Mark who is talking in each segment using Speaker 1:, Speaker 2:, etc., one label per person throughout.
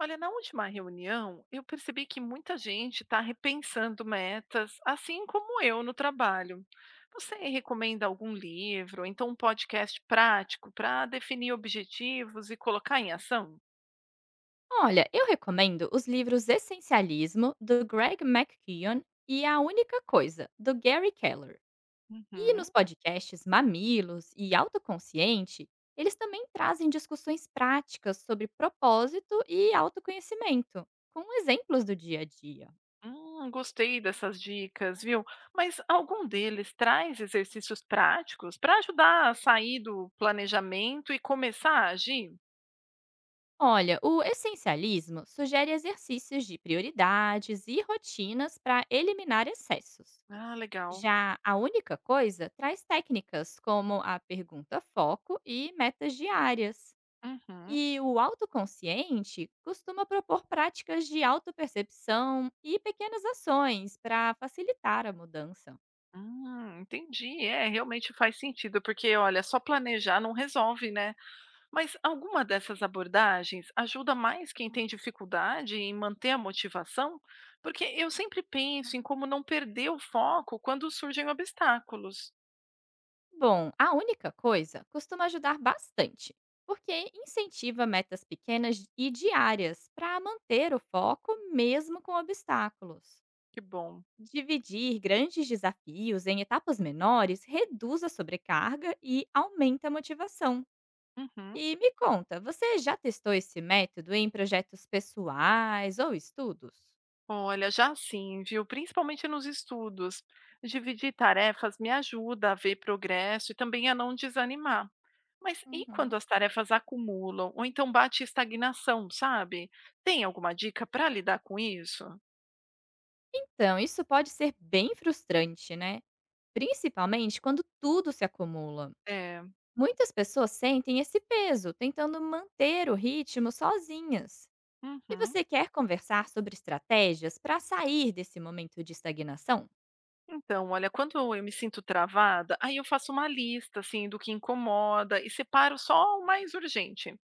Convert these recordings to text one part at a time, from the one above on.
Speaker 1: Olha, na última reunião, eu percebi que muita gente está repensando metas, assim como eu no trabalho. Você recomenda algum livro, ou então um podcast prático para definir objetivos e colocar em ação?
Speaker 2: Olha, eu recomendo os livros Essencialismo, do Greg McKeown, e A Única Coisa, do Gary Keller. E
Speaker 1: Uhum.
Speaker 2: nos podcasts Mamilos e Autoconsciente, eles também trazem discussões práticas sobre propósito e autoconhecimento, com exemplos do dia a dia.
Speaker 1: Gostei dessas dicas, viu? Mas algum deles traz exercícios práticos para ajudar a sair do planejamento e começar a agir?
Speaker 2: Olha, o essencialismo sugere exercícios de prioridades e rotinas para eliminar excessos.
Speaker 1: Ah, legal.
Speaker 2: Já a única coisa traz técnicas como a pergunta foco e metas diárias.
Speaker 1: Uhum.
Speaker 2: E o autoconsciente costuma propor práticas de autopercepção e pequenas ações para facilitar a mudança.
Speaker 1: Entendi. É, realmente faz sentido, porque olha, só planejar não resolve, né? Mas alguma dessas abordagens ajuda mais quem tem dificuldade em manter a motivação? Porque eu sempre penso em como não perder o foco quando surgem obstáculos.
Speaker 2: Bom, a única coisa costuma ajudar bastante, porque incentiva metas pequenas e diárias para manter o foco mesmo com obstáculos.
Speaker 1: Que bom.
Speaker 2: Dividir grandes desafios em etapas menores reduz a sobrecarga e aumenta a motivação.
Speaker 1: Uhum.
Speaker 2: E me conta, você já testou esse método em projetos pessoais ou estudos?
Speaker 1: Olha, já sim, viu? Principalmente nos estudos. Dividir tarefas me ajuda a ver progresso e também a não desanimar. Mas e quando
Speaker 2: Uhum.
Speaker 1: as tarefas acumulam ou então bate estagnação, sabe? Tem alguma dica para lidar com isso?
Speaker 2: Então, isso pode ser bem frustrante, né? Principalmente quando tudo se acumula.
Speaker 1: É.
Speaker 2: Muitas pessoas sentem esse peso, tentando manter o ritmo sozinhas. E
Speaker 1: Uhum.
Speaker 2: você quer conversar sobre estratégias para sair desse momento de estagnação?
Speaker 1: Então, olha, quando eu me sinto travada, aí eu faço uma lista assim do que incomoda e separo só o mais urgente.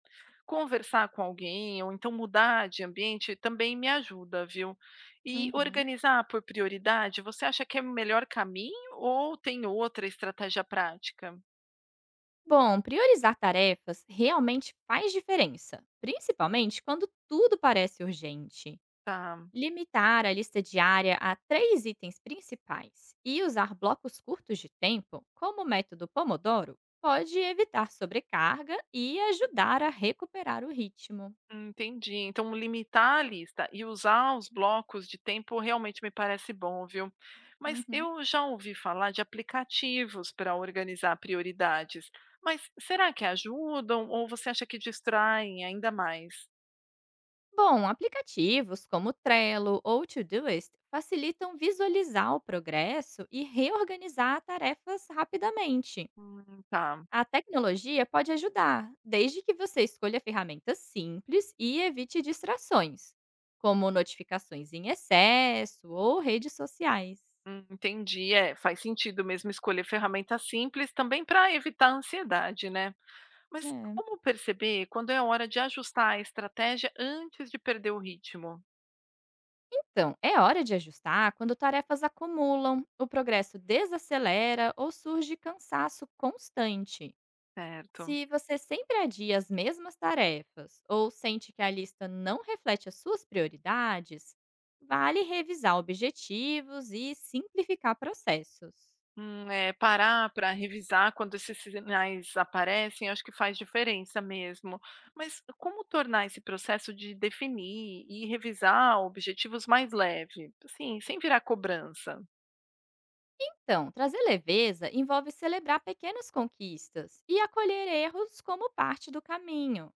Speaker 1: Conversar com alguém ou então mudar de ambiente também me ajuda, viu? E
Speaker 2: Uhum.
Speaker 1: organizar por prioridade, você acha que é o melhor caminho ou tem outra estratégia prática?
Speaker 2: Bom, priorizar tarefas realmente faz diferença, principalmente quando tudo parece urgente.
Speaker 1: Tá.
Speaker 2: Limitar a lista diária a três itens principais e usar blocos curtos de tempo, como o método Pomodoro, pode evitar sobrecarga e ajudar a recuperar o ritmo.
Speaker 1: Entendi. Então, limitar a lista e usar os blocos de tempo realmente me parece bom, viu? Mas
Speaker 2: Uhum.
Speaker 1: eu já ouvi falar de aplicativos para organizar prioridades. Mas será que ajudam ou você acha que distraem ainda mais?
Speaker 2: Bom, aplicativos como Trello ou Todoist facilitam visualizar o progresso e reorganizar tarefas rapidamente.
Speaker 1: Tá.
Speaker 2: A tecnologia pode ajudar, desde que você escolha ferramentas simples e evite distrações, como notificações em excesso ou redes sociais.
Speaker 1: Entendi. É, faz sentido mesmo escolher ferramentas simples também para evitar a ansiedade, né? Mas
Speaker 2: É.
Speaker 1: como perceber quando é hora de ajustar a estratégia antes de perder o ritmo?
Speaker 2: Então, é hora de ajustar quando tarefas acumulam, o progresso desacelera ou surge cansaço constante.
Speaker 1: Certo.
Speaker 2: Se você sempre adia as mesmas tarefas ou sente que a lista não reflete as suas prioridades, vale revisar objetivos e simplificar processos.
Speaker 1: É, parar para revisar quando esses sinais aparecem, acho que faz diferença mesmo. Mas como tornar esse processo de definir e revisar objetivos mais leve? Assim, sem virar cobrança.
Speaker 2: Então, trazer leveza envolve celebrar pequenas conquistas e acolher erros como parte do caminho.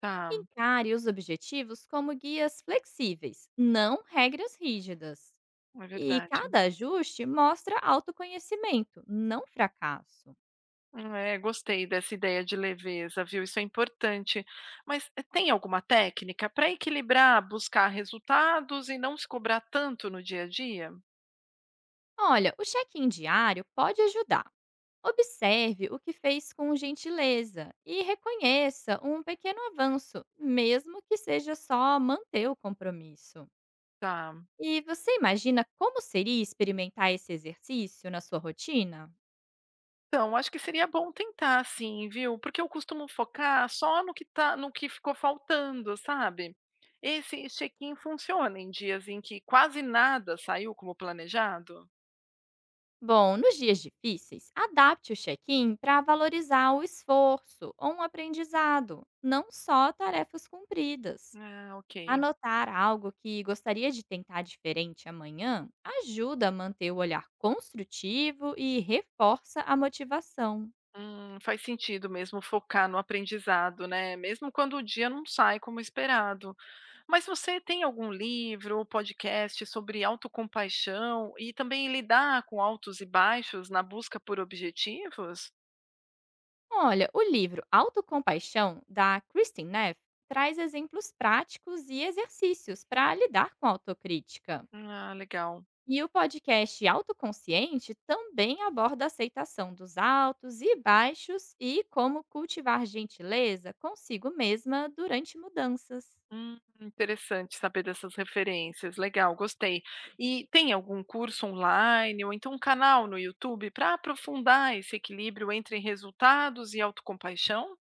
Speaker 1: Tá,
Speaker 2: Encare os objetivos como guias flexíveis, não regras rígidas.
Speaker 1: é
Speaker 2: E
Speaker 1: verdade.
Speaker 2: cada ajuste mostra autoconhecimento, não fracasso.
Speaker 1: É, gostei dessa ideia de leveza, viu? Isso é importante. Mas tem alguma técnica para equilibrar, buscar resultados e não se cobrar tanto no dia a dia?
Speaker 2: Olha, o check-in diário pode ajudar. Observe o que fez com gentileza e reconheça um pequeno avanço, mesmo que seja só manter o compromisso.
Speaker 1: Tá.
Speaker 2: E você imagina como seria experimentar esse exercício na sua rotina?
Speaker 1: Então, acho que seria bom tentar sim, viu, porque eu costumo focar só no que tá no que ficou faltando, sabe. Esse check-in funciona em dias em que quase nada saiu como planejado?
Speaker 2: Bom, nos dias difíceis, adapte o check-in para valorizar o esforço ou um aprendizado, não só tarefas cumpridas.
Speaker 1: Ah, ok.
Speaker 2: Anotar algo que gostaria de tentar diferente amanhã ajuda a manter o olhar construtivo e reforça a motivação.
Speaker 1: Faz sentido mesmo focar no aprendizado, né, mesmo quando o dia não sai como esperado. Mas você tem algum livro ou podcast sobre autocompaixão e também lidar com altos e baixos na busca por objetivos?
Speaker 2: Olha, o livro Autocompaixão, da Kristin Neff, traz exemplos práticos e exercícios para lidar com a autocrítica.
Speaker 1: Ah, legal.
Speaker 2: E o podcast Autoconsciente também aborda a aceitação dos altos e baixos e como cultivar gentileza consigo mesma durante mudanças.
Speaker 1: Interessante saber dessas referências. Legal, gostei. E tem algum curso online ou então um canal no YouTube para aprofundar esse equilíbrio entre resultados e autocompaixão?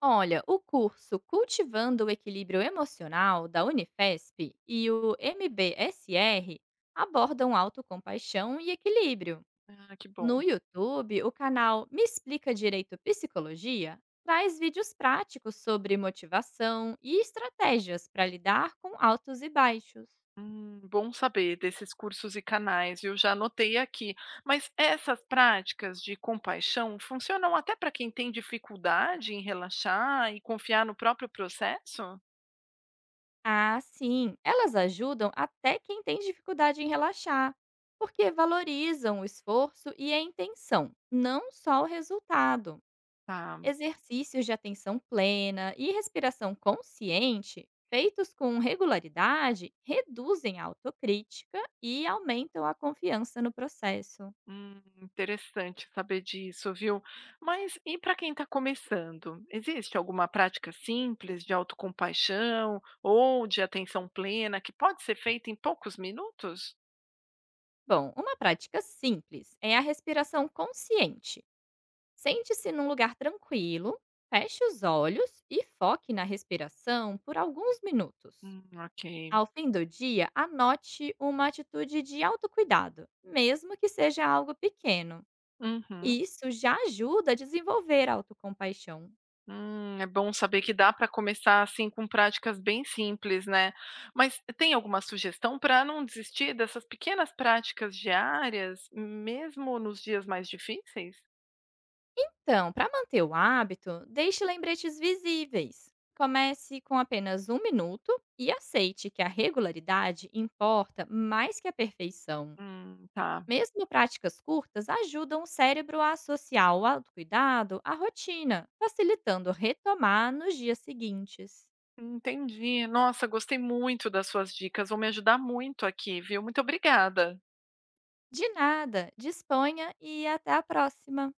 Speaker 2: Olha, o curso Cultivando o Equilíbrio Emocional da Unifesp e o MBSR abordam autocompaixão e equilíbrio.
Speaker 1: Ah, que bom.
Speaker 2: No YouTube, o canal Me Explica Direito Psicologia traz vídeos práticos sobre motivação e estratégias para lidar com altos e baixos.
Speaker 1: Bom saber desses cursos e canais. Eu já anotei aqui. Mas essas práticas de compaixão funcionam até para quem tem dificuldade em relaxar e confiar no próprio processo?
Speaker 2: Ah, sim, elas ajudam até quem tem dificuldade em relaxar, porque valorizam o esforço e a intenção, não só o resultado.
Speaker 1: Tá.
Speaker 2: Exercícios de atenção plena e respiração consciente, feitos com regularidade, reduzem a autocrítica e aumentam a confiança no processo.
Speaker 1: Interessante saber disso, viu? Mas e para quem está começando? Existe alguma prática simples de autocompaixão ou de atenção plena que pode ser feita em poucos minutos?
Speaker 2: Bom, uma prática simples é a respiração consciente. Sente-se num lugar tranquilo, feche os olhos e foque na respiração por alguns minutos.
Speaker 1: Ok.
Speaker 2: Ao fim do dia, anote uma atitude de autocuidado, mesmo que seja algo pequeno.
Speaker 1: Uhum.
Speaker 2: E isso já ajuda a desenvolver a autocompaixão.
Speaker 1: É bom saber que dá para começar assim com práticas bem simples, né? Mas tem alguma sugestão para não desistir dessas pequenas práticas diárias, mesmo nos dias mais difíceis?
Speaker 2: Então, para manter o hábito, deixe lembretes visíveis. Comece com apenas um minuto e aceite que a regularidade importa mais que a perfeição.
Speaker 1: Tá.
Speaker 2: Mesmo práticas curtas ajudam o cérebro a associar o autocuidado à rotina, facilitando retomar nos dias seguintes.
Speaker 1: Entendi. Nossa, gostei muito das suas dicas, vão me ajudar muito aqui, viu. Muito obrigada.
Speaker 2: De nada, disponha e até a próxima!